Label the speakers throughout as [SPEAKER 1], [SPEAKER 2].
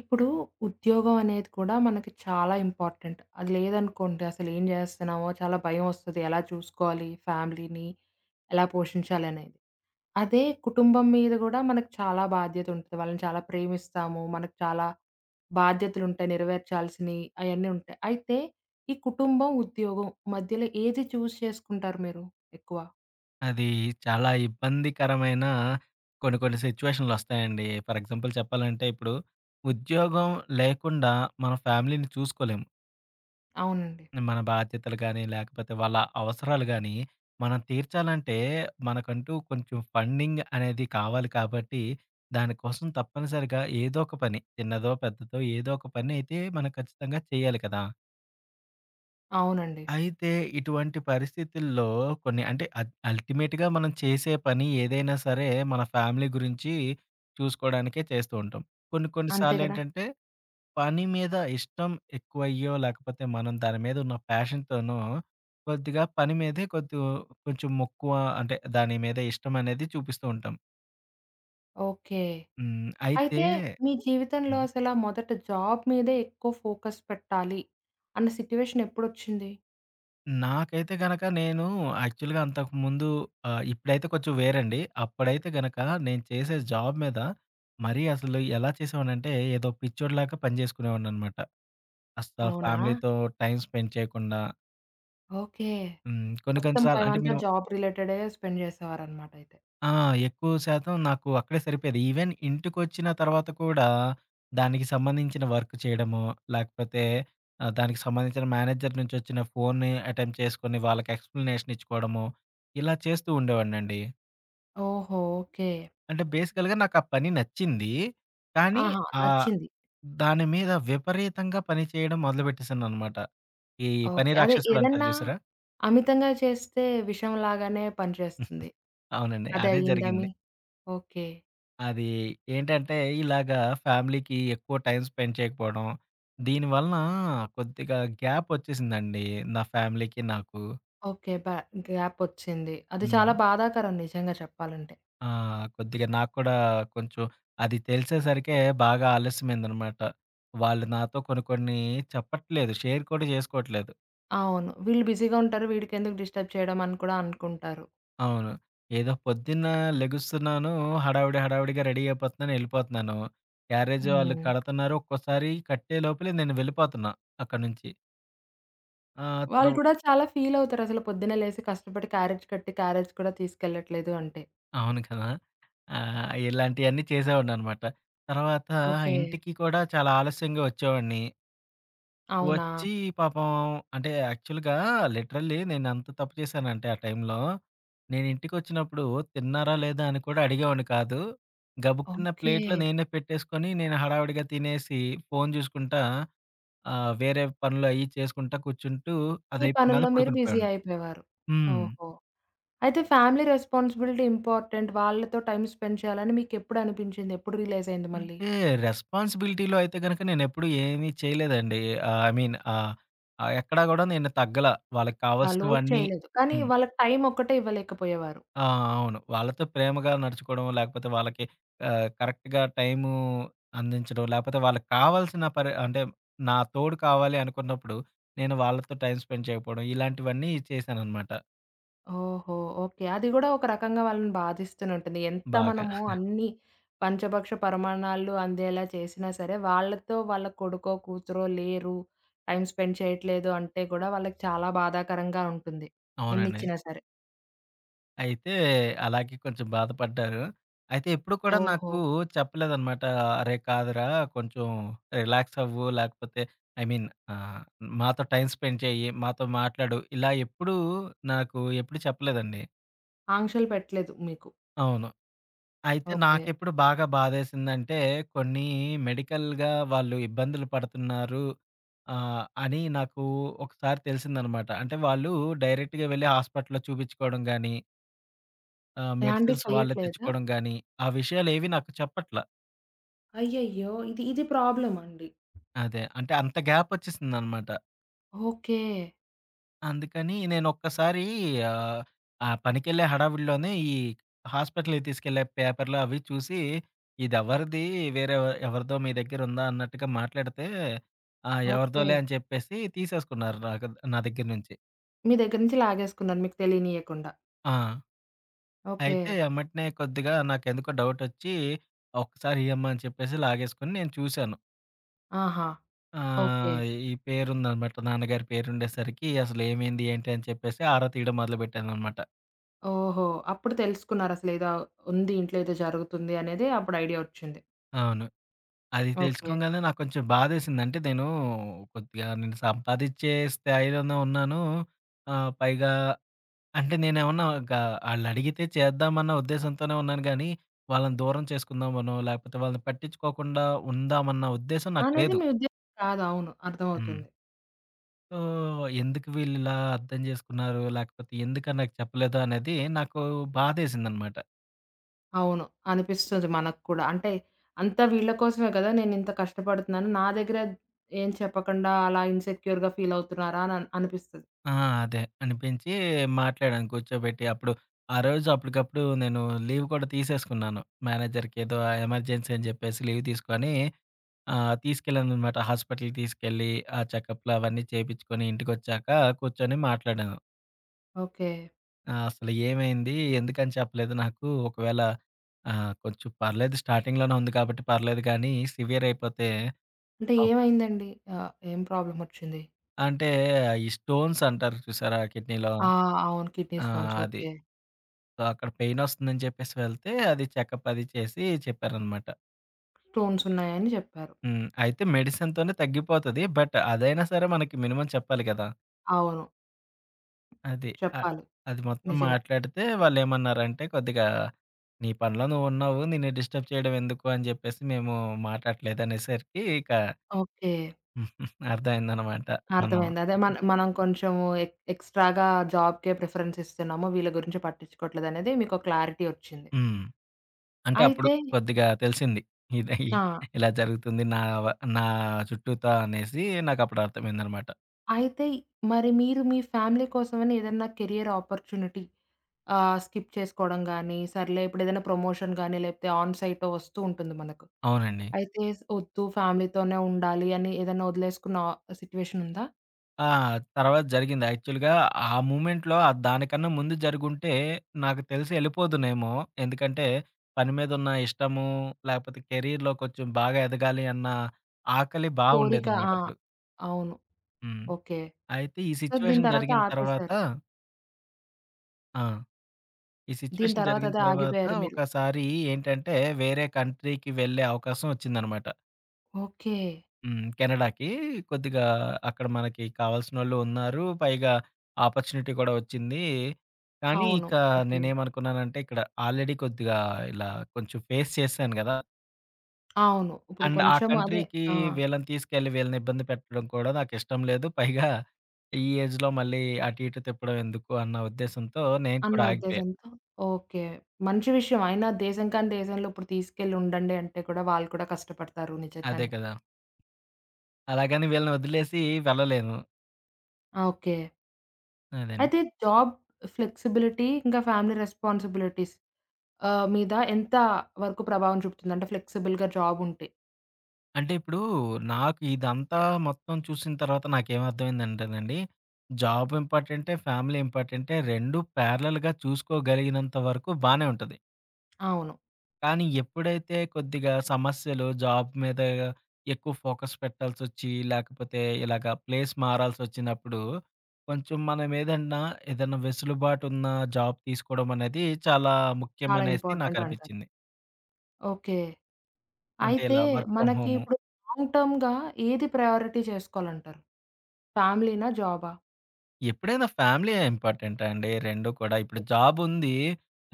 [SPEAKER 1] ఇప్పుడు ఉద్యోగం అనేది కూడా మనకి చాలా ఇంపార్టెంట్. అది లేదనుకోండి అసలేం జేస్తున్నామో చాలా భయమొస్తది. ఎలా చూసుకోవాలి ఫ్యామిలీని, ఎలా పోషించాలనేది. అదే కుటుంబం మీద గూడా మనకు చాలా బాధ్యతుంటది. వాళ్ళని చాలా ప్రేమిస్తాము. మనకు చాలా బాధ్యతలుంటాయి నెరవేర్చాల్సినయి అయన్నీ ఉంటాయి. అయితే ఈ కుటుంబం, ఉద్యోగం మధ్యలో ఏది చూజ్ చేసుకుంటారు మీరు ఎక్కువ?
[SPEAKER 2] అది చాలా ఇబ్బందికరమైన కొన్ని కొన్ని సిచ్యువేషన్‌లొస్తాయండి. ఫర్ ఎగ్జాంపుల్ చెప్పాలంటే ఇప్పుడు ఉద్యోగం లేకుండా మన ఫ్యామిలీని చూసుకోలేము.
[SPEAKER 1] అవునండి.
[SPEAKER 2] మన బాధ్యతలు గానీ, లేకపోతే వాళ్ళ అవసరాలు గానీ, మనం తీర్చాలంటే మనకంటూ కొంచెం ఫండింగ్ అనేది కావాలి కాబట్టి, దానికోసం తప్పనిసరిగా ఏదో ఒక పని, చిన్నదో, పెద్దదో ఏదో ఒక పని అయితే మనం ఖచ్చితంగా చేయాలి కదా!
[SPEAKER 1] అవునండి.
[SPEAKER 2] అయితే ఇటువంటి పరిస్థితుల్లో కొన్ని అంటే అల్టిమేట్‌గా మనం చేసే పని ఏదైనా సరే మన ఫ్యామిలీ గురించి చూసుకోవడానికే చేస్తూ ఉంటాం. కొన్ని కొన్ని
[SPEAKER 1] అంతే గదా!
[SPEAKER 2] సార్లేంటంటే పని మీద ఇష్టం ఎక్కువయ్యో లేకపోతే మనం దాని మీద ఉన్న ప్యాషన్‌తోనో కొద్దిగా పని మీదే కొద్దు కొంచెం మక్కువ అంటే దాని మీద ఇష్టం అనేది చూపిస్తూ ఉంటాం.
[SPEAKER 1] ఓకే.
[SPEAKER 2] హ్మ్. అయితే
[SPEAKER 1] అయితే మీ జీవితంలో
[SPEAKER 2] హ్మ్.
[SPEAKER 1] అసల మొదట జాబ్ మీదే ఎక్కువ ఫోకస్ పెట్టాలి అన్న సిట్యుయేషన్ ఎప్పుడొచ్చింది?
[SPEAKER 2] నాకైతే గనక నేను యాక్చువల్‌గా అంతకుముందు ఇప్పుడైతే కొంచెం వేరండి. అప్పుడైతే గనక నేను చేసే జాబ్ మీద మరీ అసలు ఎలా చేసేవాడినంటే ఏదో పిచ్చోడిలాగా పని చేసుకునేవాడిననమాట. అస్సలు
[SPEAKER 1] అవునా?
[SPEAKER 2] ఫ్యామిలీతో టైమ్ స్పెండ్ చేయకుండా.
[SPEAKER 1] ఓకే.
[SPEAKER 2] హ్మ్. కొన్ని కొన్ని
[SPEAKER 1] మొత్తం
[SPEAKER 2] సార్లు అంటే
[SPEAKER 1] టైమంతా
[SPEAKER 2] మీరు
[SPEAKER 1] జాబ్ రిలేటెడే స్పెండ్ చేసేవారనమాట అయితే.
[SPEAKER 2] ఆ! ఎక్కువ శాతం నాకు అక్కడే సరిపోయేది. ఈవెన్ ఇంటికొచ్చిన తర్వాత కూడా దానికి సంబంధించిన వర్క్ చేయడము, లేకపోతే దానికి సంబంధించిన మేనేజర్ నుంచి వచ్చిన ఫోన్‌ని అటెంప్ట్ చేసుకొని వాళ్ళకి ఎక్స్‌ప్లనేషన్ ఇచ్చుకోవడము, ఇలా చేస్తూ ఉండేవాడినండి.
[SPEAKER 1] ఓహో! ఓకే.
[SPEAKER 2] అంటే బేసికల్‌గా నాకు ఆ పని నచ్చింది. కానీ
[SPEAKER 1] ఆహా!
[SPEAKER 2] ఆహ్,
[SPEAKER 1] నచ్చింది.
[SPEAKER 2] దాని మీద విపరీతంగా పని చేయడం మొదలుపెట్టేసాననమాట. ఈ పని
[SPEAKER 1] ఓకే. అదే
[SPEAKER 2] రాక్షసుడు అంటారు
[SPEAKER 1] ఏదన్నా
[SPEAKER 2] చూసారా?
[SPEAKER 1] అమితంగా చేస్తే విషం లాగానే పనిచేస్తుంది.
[SPEAKER 2] అవునండి.
[SPEAKER 1] అది
[SPEAKER 2] అదే
[SPEAKER 1] అయిందా
[SPEAKER 2] జరిగింది.
[SPEAKER 1] మీ ఓకే.
[SPEAKER 2] అది ఏంటంటే, ఇలాగా ఫ్యామిలీకి ఎక్కువ టైమ్ స్పెండ్ చేయకపోవడం, దీని వలన కొద్దిగా గ్యాపొచ్చేసిందండి నా ఫ్యామిలీకి నాకు.
[SPEAKER 1] ఓకే. గ్యాపొచ్చింది. అది
[SPEAKER 2] హ్మ్.
[SPEAKER 1] చాలా బాధాకరం నిజంగా చెప్పాలంటే.
[SPEAKER 2] ఆ! కొద్దిగా నాకు కూడా కొంచెం అది తెలిసేసరికే బాగా ఆలస్యమైందనమాట. వాళ్ళు నాతో కొన్ని కొన్ని చెప్పట్లేదు. షేర్ కూడా చేసుకోవట్లేదు.
[SPEAKER 1] అవును. వీళ్ళు బిజీగా ఉంటారు వీడికెందుకు డిస్టర్బ్ చేయడం అని కూడా అనుకుంటారు.
[SPEAKER 2] అవును. ఏదో పొద్దున్న లెగుస్తున్నాను, హడావిడి హడావిడిగా రెడీ అయిపోతున్నాను, ఎళ్ళిపోతున్నాను. క్యారేజ్ వాళ్ళు
[SPEAKER 1] హ్మ్.
[SPEAKER 2] కడతన్నారు. ఒక్కోసారి కట్టే లోపలే నేను వెళ్ళిపోతున్నా అక్కడి నుంచి. ఆ!
[SPEAKER 1] వాళ్ళు
[SPEAKER 2] తర్వా
[SPEAKER 1] కూడా చాలా ఫీలవుతారసలు పొద్దున్నే లేసి కష్టపడి క్యారేజ్ కట్టి క్యారేజ్ కూడా తీసుకెళ్ళట్లేదు అంటే.
[SPEAKER 2] అవును కదా! ఇలాంటియన్నీ చేసేవాడిననమాట. తర్వాత
[SPEAKER 1] ఓకే.
[SPEAKER 2] ఇంటికి కూడా చాలా ఆలస్యంగా వచ్చేవాడిని.
[SPEAKER 1] అవునా?
[SPEAKER 2] వచ్చి పాపం అంటే యాక్చువల్‌గా లిటరల్లీ నేనెంత తప్పు చేశానంటే ఆ టైంలో, నేనింటికొచ్చినప్పుడు తిన్నారా లేదా అని కూడా అడిగేవాడిని కాదు. గబుక్కున
[SPEAKER 1] ఓకే.
[SPEAKER 2] ప్లేట్‌లో నేనే పెట్టేసుకొని నేను హడావిడిగా తినేసి ఫోను చూసుకుంటా వేరే పనులు అయి చేసుకుంటా కూర్చుంటూ
[SPEAKER 1] మీ
[SPEAKER 2] అదయిపోగానే
[SPEAKER 1] పనుల్లో మీరు
[SPEAKER 2] పడుకుని
[SPEAKER 1] బిజీ
[SPEAKER 2] పోయాను.
[SPEAKER 1] అయిపోయేవారు.
[SPEAKER 2] హ్మ్.
[SPEAKER 1] ఓహో! అయితే ఫ్యామిలీ రెస్పాన్సిబిలిటీ ఇంపార్టెంట్. వాళ్ళతో టైమ్ స్పెండ్ చేయాలని మీకెప్పుడు అనిపించింది? ఎప్పుడు రియలైజ్ అయింది మళ్ళీ?
[SPEAKER 2] అంటే రెస్పాన్సిబిలిటీలో అయితే గనక నేనెప్పుడు ఏమీ చేయలేదండి. ఐ మీన్ ఆహ్, ఆహ్, ఎక్కడా గూడా నేను తగ్గల. వాళ్ళకి
[SPEAKER 1] ఆ! లోడ్
[SPEAKER 2] కావాల్సినవన్నీ.
[SPEAKER 1] చేయలేదు. కానీ
[SPEAKER 2] హ్మ్.
[SPEAKER 1] వాళ్ళకి టైమ్ ఒక్కటే ఇవ్వలేకపోయేవారు.
[SPEAKER 2] ఆ! అవును. వాళ్ళతో ప్రేమగా నడుచుకోవడం, లేకపోతే వాళ్ళకి కరెక్ట్‌గా టైము అందించడం, లేకపోతే వాళ్ళకి కావాల్సిన పరి అంటే నా తోడు కావాలి అనుకున్నప్పుడు, నేను వాళ్ళతో టైమ్ స్పెండ్ చేయకపోవడం, ఇలాంటివన్నీ చేశాననమాట
[SPEAKER 1] ఓహో! ఓకే. అది గూడా ఒక రకంగా వాళ్ళని బాధిస్తూనే ఉంటుంది. ఎంత
[SPEAKER 2] బాగా.
[SPEAKER 1] మనము అన్ని పంచభక్ష పరమాణాలు అందేలా చేసినా సరే, వాళ్ళతో వాళ్ళ కొడుకో, కూతురో లేరు, టైమ్ స్పెండ్ చేయట్లేదు అంటే గూడా వాళ్ళకి చాలా బాధాకరంగా ఉంటుంది.
[SPEAKER 2] అవునండి.
[SPEAKER 1] ఎన్నిచ్చినా సరే.
[SPEAKER 2] అయితే అలాగే కొంచెం బాధపడ్డారు. అయితే ఎప్పుడు కూడా
[SPEAKER 1] ఓహో!
[SPEAKER 2] నాకు చెప్పలేదనమాట. "అరే! కాదురా కొంచెం రిలాక్స్ అవ్వు. లేకపోతే ఐ మీన్ ఆహ్, మాతో టైమ్ స్పెండ్ చెయ్యి, మాతో మాట్లాడు." ఇలా ఎప్పుడూ నాకు ఎప్పుడు చెప్పలేదండి.
[SPEAKER 1] ఆంక్షలు పెట్టలేదు మీకు.
[SPEAKER 2] అవును. అయితే
[SPEAKER 1] ఓకే.
[SPEAKER 2] నాకెప్పుడు బాగా బాధేసిందంటే, కొన్ని మెడికల్‌గా వాళ్ళు ఇబ్బందులు పడుతున్నారు అని నాకు ఒకసారి తెలిసిందనమాట. అంటే వాళ్ళు డైరెక్ట్‌గా వెళ్లి హాస్పిటల్‌లో చూపించుకోవడం గాని, ఆ!
[SPEAKER 1] ఇలాంటివి
[SPEAKER 2] మెడిసిన్స్ వాళ్ళే
[SPEAKER 1] చెయ్యట్లేదా?
[SPEAKER 2] తెచ్చుకోవడం గాని, ఆ విషయాలేవి నాకు చెప్పట్ల.
[SPEAKER 1] అయ్యయ్యో! ఇది ఇది ప్రాబ్లమండి.
[SPEAKER 2] అదే. అంటే అంత గ్యాపొచ్చేసిందనమాట.
[SPEAKER 1] ఓకే.
[SPEAKER 2] అందుకని నేనొక్కసారి ఆహ్, ఆ ఆ పనికెళ్ళే హడావిడిలోనే ఈ హాస్పిటల్‌కి తీసుకెళ్ళే పేపర్‌లు అవి చూసి, ఇదెవరిది వేరే ఎవరిదో మీ దగ్గరుందా అన్నట్టుగా మాట్లాడితే, ఆ!
[SPEAKER 1] ఓకే.
[SPEAKER 2] ఎవరిదోలే అని చెప్పేసి తీసేసుకున్నారు నాకు నా దగ్గర నుంచి.
[SPEAKER 1] మీ దగ్గర నుంచి లాగేసుకున్నారు మీకు తెలియనీయకుండా.
[SPEAKER 2] ఆ!
[SPEAKER 1] ఓకే.
[SPEAKER 2] అయితే ఎమ్మటనే కొద్దిగా నాకెందుకో డౌటొచ్చి, ఒక్కసారి ఇయమ్మా అని చెప్పేసి లాగేసుకొని నేను చూసాను.
[SPEAKER 1] ఆహా!
[SPEAKER 2] ఆ!
[SPEAKER 1] ఓకే.
[SPEAKER 2] ఈ పేరుందనమాట. నాన్నగారి పేరుండేసరికి అసలేమైంది, ఏంటి అని చెప్పేసి ఆరా తీయడం మొదలుపెట్టాననమాట.
[SPEAKER 1] ఓహో! అప్పుడు తెలుసుకున్నారసలు ఏదో ఉంది. ఇంట్లో ఏదో జరుగుతుంది అనేది అప్పుడు ఐడియా వచ్చింది.
[SPEAKER 2] అవును. అది
[SPEAKER 1] ఓకే.
[SPEAKER 2] తెలుసుకోగానే నాకు కొంచెం బాధేసింది. అంటే నేను కొద్దిగా నేను సంపాదిచ్చే స్థాయిలోనే ఉన్నాను. పైగా అంటే నేనేమన్నా గ ఆళ్ళడిగితే చేద్దామన్న ఉద్దేశంతోనే ఉన్నాను గానీ, వాళ్ళని దూరం చేసుకుందామనో, లేకపోతే వాళ్ళని పట్టించుకోకుండా ఉందామన్న ఉద్దేశం నాకు
[SPEAKER 1] అనేది
[SPEAKER 2] లేదు.
[SPEAKER 1] మీ ఉద్దేశ్యం కాదు. అవును.
[SPEAKER 2] హ్మ్.
[SPEAKER 1] అర్థమవుతుంది.
[SPEAKER 2] సో, ఎందుకు వీళ్ళిలా అర్థం చేసుకున్నారు? లేకపోతే ఎందుకని నాకు చెప్పలేదు అనేది నాకు బాధేసిందనమాట.
[SPEAKER 1] అవును. అనిపిస్తుంది మనకు కూడా. అంటే అంతా వీళ్ళ కోసమే కదా! నేనింత కష్టపడుతున్నాను. నా దగ్గర ఏం చెప్పకుండా అలా ఇన్‌సెక్యూర్‌గా ఫీల్ అవుతున్నారా అని అనిపిస్తది.
[SPEAKER 2] ఆ! అదే అనిపించి మాట్లాడాను కూర్చోబెట్టి. అప్పుడు ఆ రోజు అప్పటికప్పుడు నేను లీవ్ కూడా తీసేసుకున్నాను. మేనేజర్‌కి ఏదో ఎమర్జెన్సీ అని చెప్పేసి లీవ్ తీసుకొని తీసుకెళ్ళాననమాట. హాస్పిటల్‌కి తీసుకెళ్ళి ఆ చెకప్‌లు అవన్నీ చేపించుకొని ఇంటికొచ్చాక కూర్చొని మాట్లాడాను.
[SPEAKER 1] ఓకే.
[SPEAKER 2] ఆ! అసలు ఏమైంది? ఎందుకని చెప్పలేదు నాకు. ఒకవేళ కొంచెం పర్లేదు స్టార్టింగ్‌లోనే ఉంది కాబట్టి పర్లేదు కానీ, సివియర్ అయిపోతే.
[SPEAKER 1] అంటే
[SPEAKER 2] అవును.
[SPEAKER 1] ఏమైందండి? ఏం ప్రాబ్లమ్ వచ్చింది?
[SPEAKER 2] అంటే ఈ స్టోన్స్ అంటారు చూసారా కిడ్నీలో?
[SPEAKER 1] ఆ! అవును. కిడ్నీ
[SPEAKER 2] ఆ!
[SPEAKER 1] స్టోన్స్.
[SPEAKER 2] అది.
[SPEAKER 1] ఓకే.
[SPEAKER 2] సో, అక్కడ పెయిన్ వస్తుందని చెప్పేసి వెళ్తే అది చెకప్ అది చేసి చెప్పారనమాట.
[SPEAKER 1] స్టోన్స్ ఉన్నాయని చెప్పారు.
[SPEAKER 2] హ్మ్. అయితే మెడిసిన్‌తోనే తగ్గిపోతది. బట్ అదైనా సరే మనకి మినిమమ్ చెప్పాలి కదా!
[SPEAKER 1] అవును.
[SPEAKER 2] అది. ఆహ్,
[SPEAKER 1] చెప్పాలి.
[SPEAKER 2] అది మొత్తం
[SPEAKER 1] నిజమే.
[SPEAKER 2] మాట్లాడితే వాళ్ళేమన్నారంటే కొద్దిగా నీ పనిలో నువ్వున్నావు. నిన్ను డిస్టర్బ్ చేయడం ఎందుకు అని జెప్పేసి మేము మాట్లాడలేదనేసరికి ఇక
[SPEAKER 1] ఓకే.
[SPEAKER 2] అర్థమైందనమాట. మనం
[SPEAKER 1] అర్థమైంది. అదే మన మనం కొంచెము ఎక్స్‌ట్రా‌గా జాబ్‌కే ప్రిఫరెన్స్ ఇస్తున్నాము. వీళ్ళ గురించి పట్టించుకోవట్లేదనేది మీకో క్లారిటీ వచ్చింది.
[SPEAKER 2] హ్మ్. అంటే అప్పుడు
[SPEAKER 1] అయితే
[SPEAKER 2] కొద్దిగా తెలిసింది. ఇది
[SPEAKER 1] ఆ!
[SPEAKER 2] ఇలా జరుగుతుంది. నా చుట్టూతా అనేసి నాకప్పుడు అర్థమైందనమాట.
[SPEAKER 1] అయితే మరి మీరు మీ ఫ్యామిలీ కోసమని ఏదన్నా కెరియర్ ఆపర్చునిటీ స్కిప్ చేసుకోవడం గానీ, సర్లే ఇప్పుడేదైనా ప్రమోషన్ గానీ, లేకపోతే ఆన్ సైటో వస్తూ ఉంటుంది మనకు.
[SPEAKER 2] అవునండి.
[SPEAKER 1] అయితే వద్దు ఫ్యామిలీతోనే ఉండాలి అని ఏదన్నా వదిలేసుకున్న సిట్యుయేషన్ ఉందా?
[SPEAKER 2] ఆ! తర్వాత జరిగింది. యాక్చువల్‌గా ఆ మూమెంట్‌లో దానికన్నా ముందు జరిగుంటే నాకు తెలిసి ఎళ్ళిపోదునేమో. ఎందుకంటే పని మీదున్న ఇష్టము, లేకపోతే కెరీర్‌లో కొంచెం బాగా ఎదగాలి అన్న ఆకలి బా
[SPEAKER 1] కోరిక
[SPEAKER 2] ఉండేదనమాట
[SPEAKER 1] ఆ!
[SPEAKER 2] అప్పుడు.
[SPEAKER 1] అవును.
[SPEAKER 2] హ్మ్.
[SPEAKER 1] ఓకే.
[SPEAKER 2] అయితే ఈ
[SPEAKER 1] సో, దీని
[SPEAKER 2] సిట్యుయేషన్
[SPEAKER 1] తర్వాత
[SPEAKER 2] జరిగిన తర్వాత
[SPEAKER 1] ఆపేశారు.
[SPEAKER 2] ఆ! ఈ
[SPEAKER 1] దీని
[SPEAKER 2] సిట్యుయేషన్
[SPEAKER 1] తర్వాత
[SPEAKER 2] జరిగిన
[SPEAKER 1] అదే
[SPEAKER 2] తర్వాత
[SPEAKER 1] ఆగిపోయారు మీరు.
[SPEAKER 2] ఒకసారి ఏంటంటే వేరే కంట్రీకి వెళ్ళే అవకాశం వచ్చిందనమాట.
[SPEAKER 1] ఓకే.
[SPEAKER 2] హ్మ్. కెనడాకి కొద్దిగా అక్కడ మనకి కావాల్సినోళ్ళు ఉన్నారు. పైగా ఆపర్చునిటీ కూడా వచ్చింది. కానీ
[SPEAKER 1] అవును.
[SPEAKER 2] ఇక
[SPEAKER 1] ఓకే.
[SPEAKER 2] నేనేమనుకున్నానంటే ఇక్కడ ఆల్రెడీ కొద్దిగా ఇలా కొంచెం ఫేస్ చేశాను గదా!
[SPEAKER 1] అవును. ఇప్పుడు
[SPEAKER 2] అండ్ ఆ
[SPEAKER 1] కొంచెం అదే
[SPEAKER 2] కంట్రీకి
[SPEAKER 1] ఆ!
[SPEAKER 2] వీళ్ళని తీసుకెళ్ళి వీళ్ళని ఇబ్బంది పెట్టడం కూడా నాకిష్టం లేదు. పైగా ఈ ఏజ్‌లో మళ్ళీ అటు ఇటు తిప్పడం ఎందుకు అన్న ఉద్దేశంతో నేను
[SPEAKER 1] అన్న
[SPEAKER 2] కూడా ఆగిపోయా.
[SPEAKER 1] ఉద్దేశంతో ఓకే. మంచి విషయం. అయినా దేశం కానీ దేశంలో ఇప్పుడు తీసుకెళ్ళి ఉండండి అంటే కూడా వాళ్ళు కూడా కష్టపడతారు
[SPEAKER 2] అదే
[SPEAKER 1] నిజంగానే.
[SPEAKER 2] కదా! అలాగని వీళ్ళని వదిలేసి వెళ్ళలేను.
[SPEAKER 1] ఆ! ఓకే.
[SPEAKER 2] అదండి.
[SPEAKER 1] అయితే జాబ్ ఫ్లెక్సిబిలిటీ ఇంకా ఫ్యామిలీ రెస్పాన్సిబిలిటీస్ మీద ఎంత వరకు ప్రభావం చూపుతుంది? అంటే ఫ్లెక్సిబుల్‌గా జాబ్ ఉంటే.
[SPEAKER 2] అంటే ఇప్పుడు నాకు ఇదంతా మొత్తం చూసిన తర్వాత నాకేమర్థమైందంటేనండి, జాబ్ ఇంపార్టెంటే, ఫ్యామిలీ ఇంపార్టెంటే 2 ప్యారలల్‌గా చూసుకోగలిగినంత వరకు బానే ఉంటది.
[SPEAKER 1] అవును.
[SPEAKER 2] కానీ ఎప్పుడైతే కొద్దిగా సమస్యలు జాబ్ మీద ఎక్కువ ఫోకస్ పెట్టాల్సొచ్చి, లేకపోతే ఇలాగ ప్లేస్ మారాల్సొచ్చినప్పుడు, కొంచెం మనం ఏదన్నా ఏదన్నా వెసులుబాటున్న జాబ్ తీసుకోవడం అనేది చాలా
[SPEAKER 1] చాలా
[SPEAKER 2] ముఖ్యమనేసి
[SPEAKER 1] ఇంపార్టెంట్ అంటారు.
[SPEAKER 2] నాకనిపిచ్చింది.
[SPEAKER 1] ఓకే.
[SPEAKER 2] అంటే
[SPEAKER 1] అయితే
[SPEAKER 2] ఇలా వర్క్ ఫ్రమ్
[SPEAKER 1] మనకి
[SPEAKER 2] హోమ్.
[SPEAKER 1] ఇప్పుడు లాంగ్ టర్మ్‌గా ఏది ప్రయారిటీ చేసుకోవాలంటారు? ఫ్యామిలీనా? జాబా?
[SPEAKER 2] ఎప్పుడైనా ఫ్యామిలీయే ఇంపార్టెంటా అండి, 2 కూడా? ఇప్పుడు
[SPEAKER 1] ఓకే.
[SPEAKER 2] జాబుంది.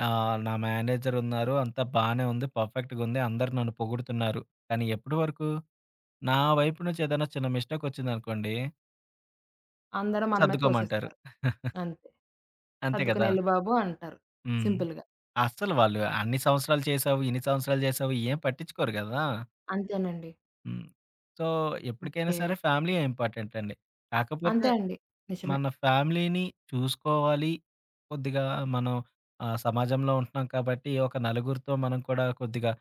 [SPEAKER 2] నా మేనేజరున్నారు. అంతా బానే ఉంది. పర్ఫెక్ట్‌గుంది. అందరూ నన్ను పొగుడుతున్నారు. కానీ ఎప్పటి వరకు? నా వైపు నుంచి ఏదైనా చిన్న మిస్టేకొచ్చిందనుకోండి,
[SPEAKER 1] అందరూ మన మీద
[SPEAKER 2] సర్దుకోమంటారు.
[SPEAKER 1] తోసేస్తారు. అంతే.
[SPEAKER 2] అంతే కదా!
[SPEAKER 1] "సర్దుకునెళ్ళు బాబు" అంటారు
[SPEAKER 2] హ్మ్.
[SPEAKER 1] సింపుల్‌గా.
[SPEAKER 2] అస్సలు వాళ్ళు అన్ని సంవత్సరాలు చేశావు, ఇన్ని సంవత్సరాలు చేశావు ఏం పట్టించుకోరు గదా!
[SPEAKER 1] అంతేనండి.
[SPEAKER 2] హ్మ్. సో, ఎప్పటికైనా
[SPEAKER 1] ఓకే.
[SPEAKER 2] సరే ఫ్యామిలీయే ఇంపార్టెంట్ అండి. కాకపోతే
[SPEAKER 1] అంతే అండి. నిజమే.
[SPEAKER 2] మన ఫ్యామిలీని చూసుకోవాలి. కొద్దిగా మనం సమాజంలో ఉంటున్నాం కాబట్టి, ఒక నలుగురితో మనం కూడా కొద్దిగా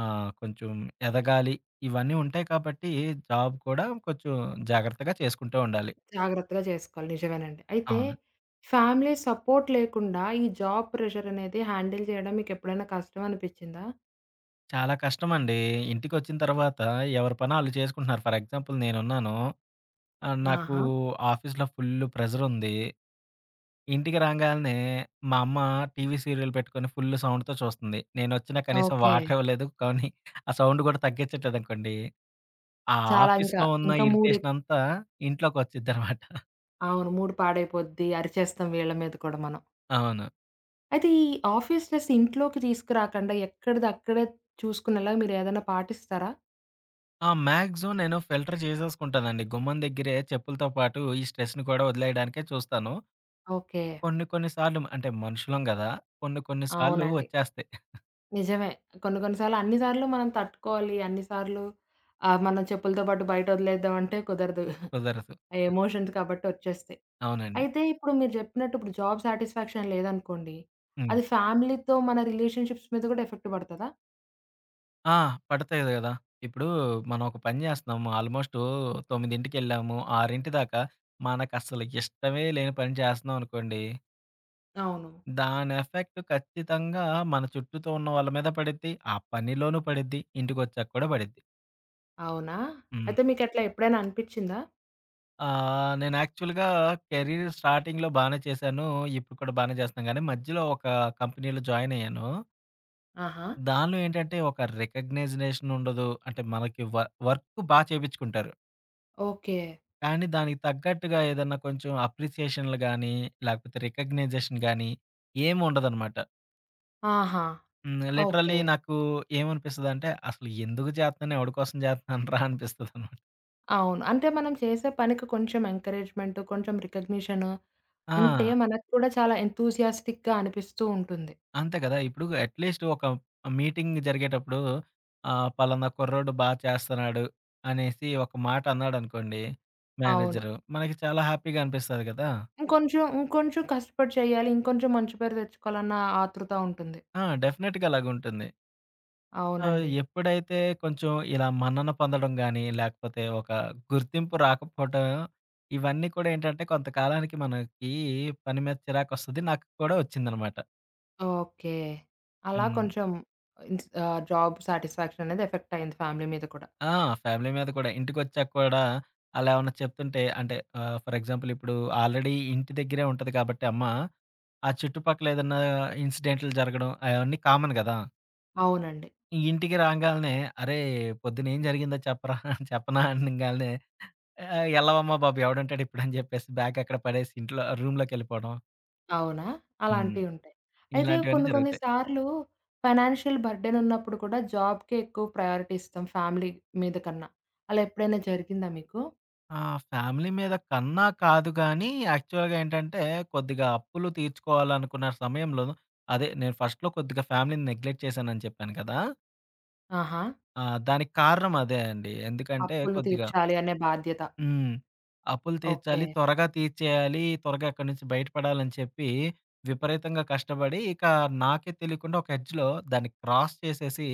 [SPEAKER 2] కొంచెం ఎదగాలి. ఇవన్నీ ఉంటాయి కాబట్టి, జాబ్ కూడా కొంచెం జాగ్రత్తగా చేసుకుంటూ ఉండాలి.
[SPEAKER 1] జాగ్రత్తగా చేసుకోవాలి. నిజమేనండి. అయితే
[SPEAKER 2] అవును.
[SPEAKER 1] ఫ్యామిలీ సపోర్ట్ లేకుండా ఈ జాబ్ ప్రెషర్ అనేది హ్యాండిల్ చేయడం మీకెప్పుడైనా కష్టం అనిపిచ్చిందా?
[SPEAKER 2] చాలా కష్టమండి. ఇంటికొచ్చిన తర్వాత ఎవరి పని ఆళ్ళు చేసుకుంటున్నారు. ఫర్ ఎగ్జాంపుల్ నేనున్నాను. నాకు
[SPEAKER 1] ఆహా!
[SPEAKER 2] ఆఫీస్‌లో ఫుల్ ప్రెషరుంది. ఇంటికి రాంగాలనే మా అమ్మ టీవీ సీరియల్ పెట్టుకొని ఫుల్ సౌండ్‌తో చూస్తుంది. నేనొచ్చినా కనీసం
[SPEAKER 1] ఓకే.
[SPEAKER 2] వాటర్ ఇవ్వలేదు. కానీ ఆ సౌండ్ కూడా తగ్గించట్లేదనుకోండి, ఆ
[SPEAKER 1] చాలా ఇంకా,
[SPEAKER 2] ఆఫీస్‌లో ఉన్న
[SPEAKER 1] ఇంకా మూడు
[SPEAKER 2] ఇరిటేషన్ అంతా ఇంట్లోకొచ్చిద్దనమాట.
[SPEAKER 1] అవును. మూడ్ పాడైపోద్ది. అరిచేస్తాం వీళ్ళ మీద కూడా మనం.
[SPEAKER 2] అవును.
[SPEAKER 1] అయితే ఈ ఆఫీస్ స్ట్రెస్ ఇంట్లోకి తీసుకురాకుండా ఎక్కడిదక్కడే చూసుకునేలా మీరేదైనా పాటిస్తారా?
[SPEAKER 2] ఆ! మాక్సిమం నేను ఫిల్టర్ చేసేసుకుంటానండి. గుమ్మం దగ్గరే చెప్పులతో పాటు ఈ స్ట్రెస్‌ని కూడా వదిలేయడానికే చూస్తాను.
[SPEAKER 1] ఓకే.
[SPEAKER 2] కొన్ని కొన్ని సార్లు అంటే మనుషులం గదా! కొన్ని కొన్ని సార్లు
[SPEAKER 1] అవునండి.
[SPEAKER 2] వచ్చేస్తాయి.
[SPEAKER 1] నిజమే. కొన్ని కొన్ని సార్లు అన్ని సార్లు మనం తట్టుకోవాలి. అన్ని సార్లు మనం చెప్పులతో పాటు బయట వదిలేద్దాం అంటే కుదరదు.
[SPEAKER 2] కుదరదు.
[SPEAKER 1] ఆ ఎమోషన్స్ కాబట్టి వచ్చేస్తాయి.
[SPEAKER 2] అవునండి.
[SPEAKER 1] అయితే ఇప్పుడు మీరు చెప్పినట్టు ఇప్పుడు జాబ్ సాటిస్ఫాక్షన్ లేదనుకోండి.
[SPEAKER 2] హ్మ్.
[SPEAKER 1] అది ఫ్యామిలీతో మన రిలేషన్‌షిప్స్ మీద కూడా ఎఫెక్ట్ పడతదా?
[SPEAKER 2] ఆ! పడతాయి గదా! ఇప్పుడు మనం ఒక పని జేస్తున్నాము. ఆల్‌మోస్టు 9కి ఆరింటి దాకా మనకసలు ఇష్టమే లేని పని చేస్తున్నాం అనుకోండి.
[SPEAKER 1] అవును.
[SPEAKER 2] దాని ఎఫెక్ట్ ఖచ్చితంగా మన చుట్టూతో ఉన్న వాళ్ళ మీద పడిద్ది. ఆ పనిలోనూ పడిద్ది. ఇంటికొచ్చాక కూడా పడిద్ది.
[SPEAKER 1] అవునా?
[SPEAKER 2] హ్మ్.
[SPEAKER 1] అయితే మీకట్లా ఎప్పుడైనా అనిపిచ్చిందా?
[SPEAKER 2] నేను యాక్చువల్‌గా కెరీర్ స్టార్టింగ్‌లో బానే చేశాను. ఇప్పుడు కూడా బానే చేస్తున్నాను గానీ, మధ్యలో ఒక కంపెనీలో జాయిన్ అయ్యాను.
[SPEAKER 1] ఆహా!
[SPEAKER 2] దానిలో ఏంటంటే ఒక రికగ్నైజేషన్ ఉండదు. అంటే మనకి వర్క్ బా చేపించుకుంటారు.
[SPEAKER 1] ఓకే.
[SPEAKER 2] కానీ దానికి తగ్గట్టుగా ఏదన్నా కొంచెం అప్రిసియేషన్‌లు గాని, లేకపోతే రికగ్నైజేషన్ గాని ఏమి ఉండదనమాట.
[SPEAKER 1] ఆహా!
[SPEAKER 2] హ్మ్. Literally
[SPEAKER 1] okay.
[SPEAKER 2] నాకు ఏమనిపిస్తదంటే, అసలు ఎందుకు చేత్తన్నాను? ఎవడి కోసం చేత్తన్నాను రా అనిపిస్తదనమాట.
[SPEAKER 1] అవును. అంటే మనం చేసే పనికి కొంచెం ఎంకరేజ్‌మెంట్, కొంచెం రికగ్నిషన్
[SPEAKER 2] ఆ!
[SPEAKER 1] ఉంటే మనకు కూడా చాలా ఎంతూసియాస్టిక్‌గా అనిపిస్తూ ఉంటుంది.
[SPEAKER 2] అంతే కదా! ఇప్పుడు అట్‌లీస్ట్ ఒక మీటింగ్ జరిగేటప్పుడు పలానా కుర్రోడు బా చేస్తన్నాడు అనేసి ఒక మాట అన్నాడనుకోండి
[SPEAKER 1] అవును.
[SPEAKER 2] మేనేజరు. మనకి చాలా హ్యాపీగా అనిపిస్తది కదా!
[SPEAKER 1] ఇంకొంచెం, ఇంకొంచెం కష్టపడి చేయాలి. ఇంకొంచెం మంచి పేరు తెచ్చుకోవాలన్న ఆతృత ఉంటుంది.
[SPEAKER 2] ఆ! డెఫినెట్‌గా అలాగుంటుంది. సో,
[SPEAKER 1] అవునండి.
[SPEAKER 2] ఎప్పుడైతే కొంచెం ఇలా మన్నన పొందడం గాని, లేకపోతే ఒక గుర్తింపు రాకపోవటం, ఇవన్నీ కూడా ఏంటంటే కొంతకాలానికి మనకి పని మీద చిరాకొస్తది. నాకు కూడా వచ్చిందనమాట.
[SPEAKER 1] ఓకే. అలా
[SPEAKER 2] హ్మ్.
[SPEAKER 1] కొంచెం జాబ్ సాటిస్ఫాక్షన్ అనేది ఎఫెక్ట్ అయింది ఫ్యామిలీ మీద కూడా.
[SPEAKER 2] ఆ! ఫ్యామిలీ మీద కూడా. ఇంటికొచ్చాక కూడా ఆళ్ళు ఏమన్నా చెప్తుంటే అంటే ఫర్ ఎగ్జాంపుల్ ఇప్పుడు ఆల్రెడీ ఇంటి దగ్గరే ఉంటది కాబట్టి అమ్మ, ఆ చుట్టుపక్కల ఏదన్నా ఇన్సిడెంట్లు జరగడం అయన్నీ కామన్ గదా!
[SPEAKER 1] అవునండి.
[SPEAKER 2] ఇంటికి రాంగాల్నే "అరేయ్! పొద్దునేం జరిగిందో చెప్పరా" చెప్పనా అనంగాల్నే ఆ! ఎళ్ళవమ్మ బాబు ఎవడుంటాడు ఇప్పుడు అని జెప్పేసి బ్యాగ్ అక్కడ పడేసి ఇంట్లో రూమ్‌లోకెళ్ళిపోవడం.
[SPEAKER 1] అవునా?
[SPEAKER 2] హ్మ్.
[SPEAKER 1] అలాంటివి ఉంటాయి. అయితే
[SPEAKER 2] ఇలాంటివన్నీ
[SPEAKER 1] కొన్ని కొన్ని
[SPEAKER 2] జరుగుతాయి.
[SPEAKER 1] సార్లు ఫైనాన్షియల్ బర్డెన్ ఉన్నప్పుడు కూడా జాబ్‌కే ఎక్కువ ప్రయారిటీ ఇస్తాం ఫ్యామిలీ మీద కన్నా. అలా ఎప్పుడైనా జరిగిందా మీకు?
[SPEAKER 2] ఆ! ఫ్యామిలీ మీద కన్నా కాదు గానీ, యాక్చువల్‌గా ఏంటంటే కొద్దిగా అప్పులు తీర్చుకోవాలనుకున్న సమయంలో అదే నేను ఫస్ట్‌లో కొద్దిగా ఫ్యామిలీని నెగ్లెక్ట్ చేశానని చెప్పాను కదా!
[SPEAKER 1] ఆహా!
[SPEAKER 2] ఆ! దానికి కారణం అదే అండి. ఎందుకంటే
[SPEAKER 1] అప్పులు
[SPEAKER 2] కొద్దిగా
[SPEAKER 1] తీర్చాలి అనే బాధ్యత.
[SPEAKER 2] హ్మ్. అప్పులు
[SPEAKER 1] ఓకే.
[SPEAKER 2] తీర్చాలి, త్వరగా తీర్చేయాలి, త్వరగా అక్కడి నుంచి బయటపడాలని చెప్పి విపరీతంగా కష్టపడి, ఇక నాకే తెలియకుండా ఒక ఎడ్జ్‌లో దాన్ని క్రాస్ చేసేసి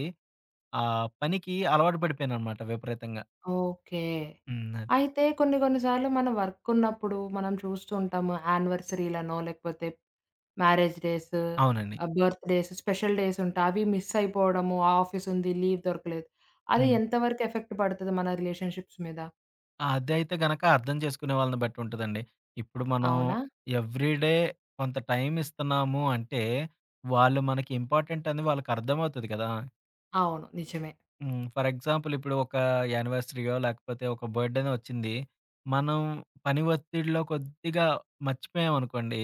[SPEAKER 2] ఆ పనికి అలవాటు పడిపోయాననమాట విపరీతంగా.
[SPEAKER 1] ఓకే.
[SPEAKER 2] హ్మ్. అది.
[SPEAKER 1] అయితే కొన్ని కొన్ని సార్లు మన వర్క్ ఉన్నప్పుడు మనం చూస్తూ ఉంటాము. యానివర్సరీలనో లేకపోతే మ్యారేజ్ డేస్,
[SPEAKER 2] అవునండి.
[SPEAKER 1] బర్త్ డేస్, స్పెషల్ డేస్ ఉంటాయి. అవి మిస్ అయిపోవడము. ఆఫీస్ ఉంది, లీవ్ దొరకలేదు. అది
[SPEAKER 2] హ్మ్.
[SPEAKER 1] ఎంతవరకు ఎఫెక్ట్ పడతది మన రిలేషన్‌షిప్స్ మీద?
[SPEAKER 2] అదైతే గనక అర్థం చేసుకునే వాళ్ళని బట్టి ఉంటదండి. ఇప్పుడు మనం
[SPEAKER 1] అవునా?
[SPEAKER 2] ఎవ్రీడే కొంత టైమ్ ఇస్తున్నాము అంటే, వాళ్ళు మనకి ఇంపార్టెంట్ అని వాళ్ళకి అర్థమవుతది కదా!
[SPEAKER 1] అవును. నిజమే.
[SPEAKER 2] హ్మ్. ఫర్ ఎగ్జాంపుల్ ఇప్పుడు ఒక యానివర్సరీయో, లేకపోతే ఒక బర్త్‌డేనో వచ్చింది. మనం పని ఒత్తిడిలో కొద్దిగా మర్చిపోయామనుకోండి,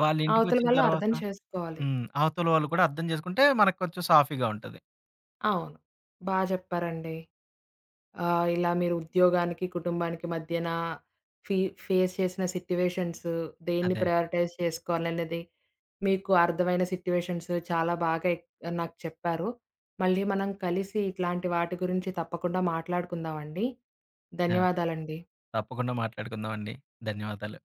[SPEAKER 2] వాళ్ళ
[SPEAKER 1] అవతల
[SPEAKER 2] ఇంటికొచ్చిన
[SPEAKER 1] వాళ్ళు
[SPEAKER 2] తర్వాత
[SPEAKER 1] అర్థం చేసుకోవాలి.
[SPEAKER 2] హ్మ్. అవతల వాళ్ళు కూడా అర్థం చేసుకుంటే మనకు కొంచెం సాఫీగా ఉంటది.
[SPEAKER 1] అవును. బా చెప్పారండి. ఇలా మీరు ఉద్యోగానికి, కుటుంబానికి మధ్యన ఫీ ఫేస్ చేసిన సిట్యుయేషన్స్, దేన్ని
[SPEAKER 2] అదే.
[SPEAKER 1] ప్రయారిటైజ్ చేసుకోవాలనేది మీకు అర్థమైన సిట్యుయేషన్స్ చాలా బాగా నాకు చెప్పారు. మళ్ళీ మనం కలిసి ఇట్లాంటి వాటి గురించి తప్పకుండా మాట్లాడుకుందామండి.
[SPEAKER 2] ఆ!
[SPEAKER 1] ధన్యవాదాలండి.
[SPEAKER 2] తప్పకుండా మాట్లాడుకుందామండి. ధన్యవాదాలు.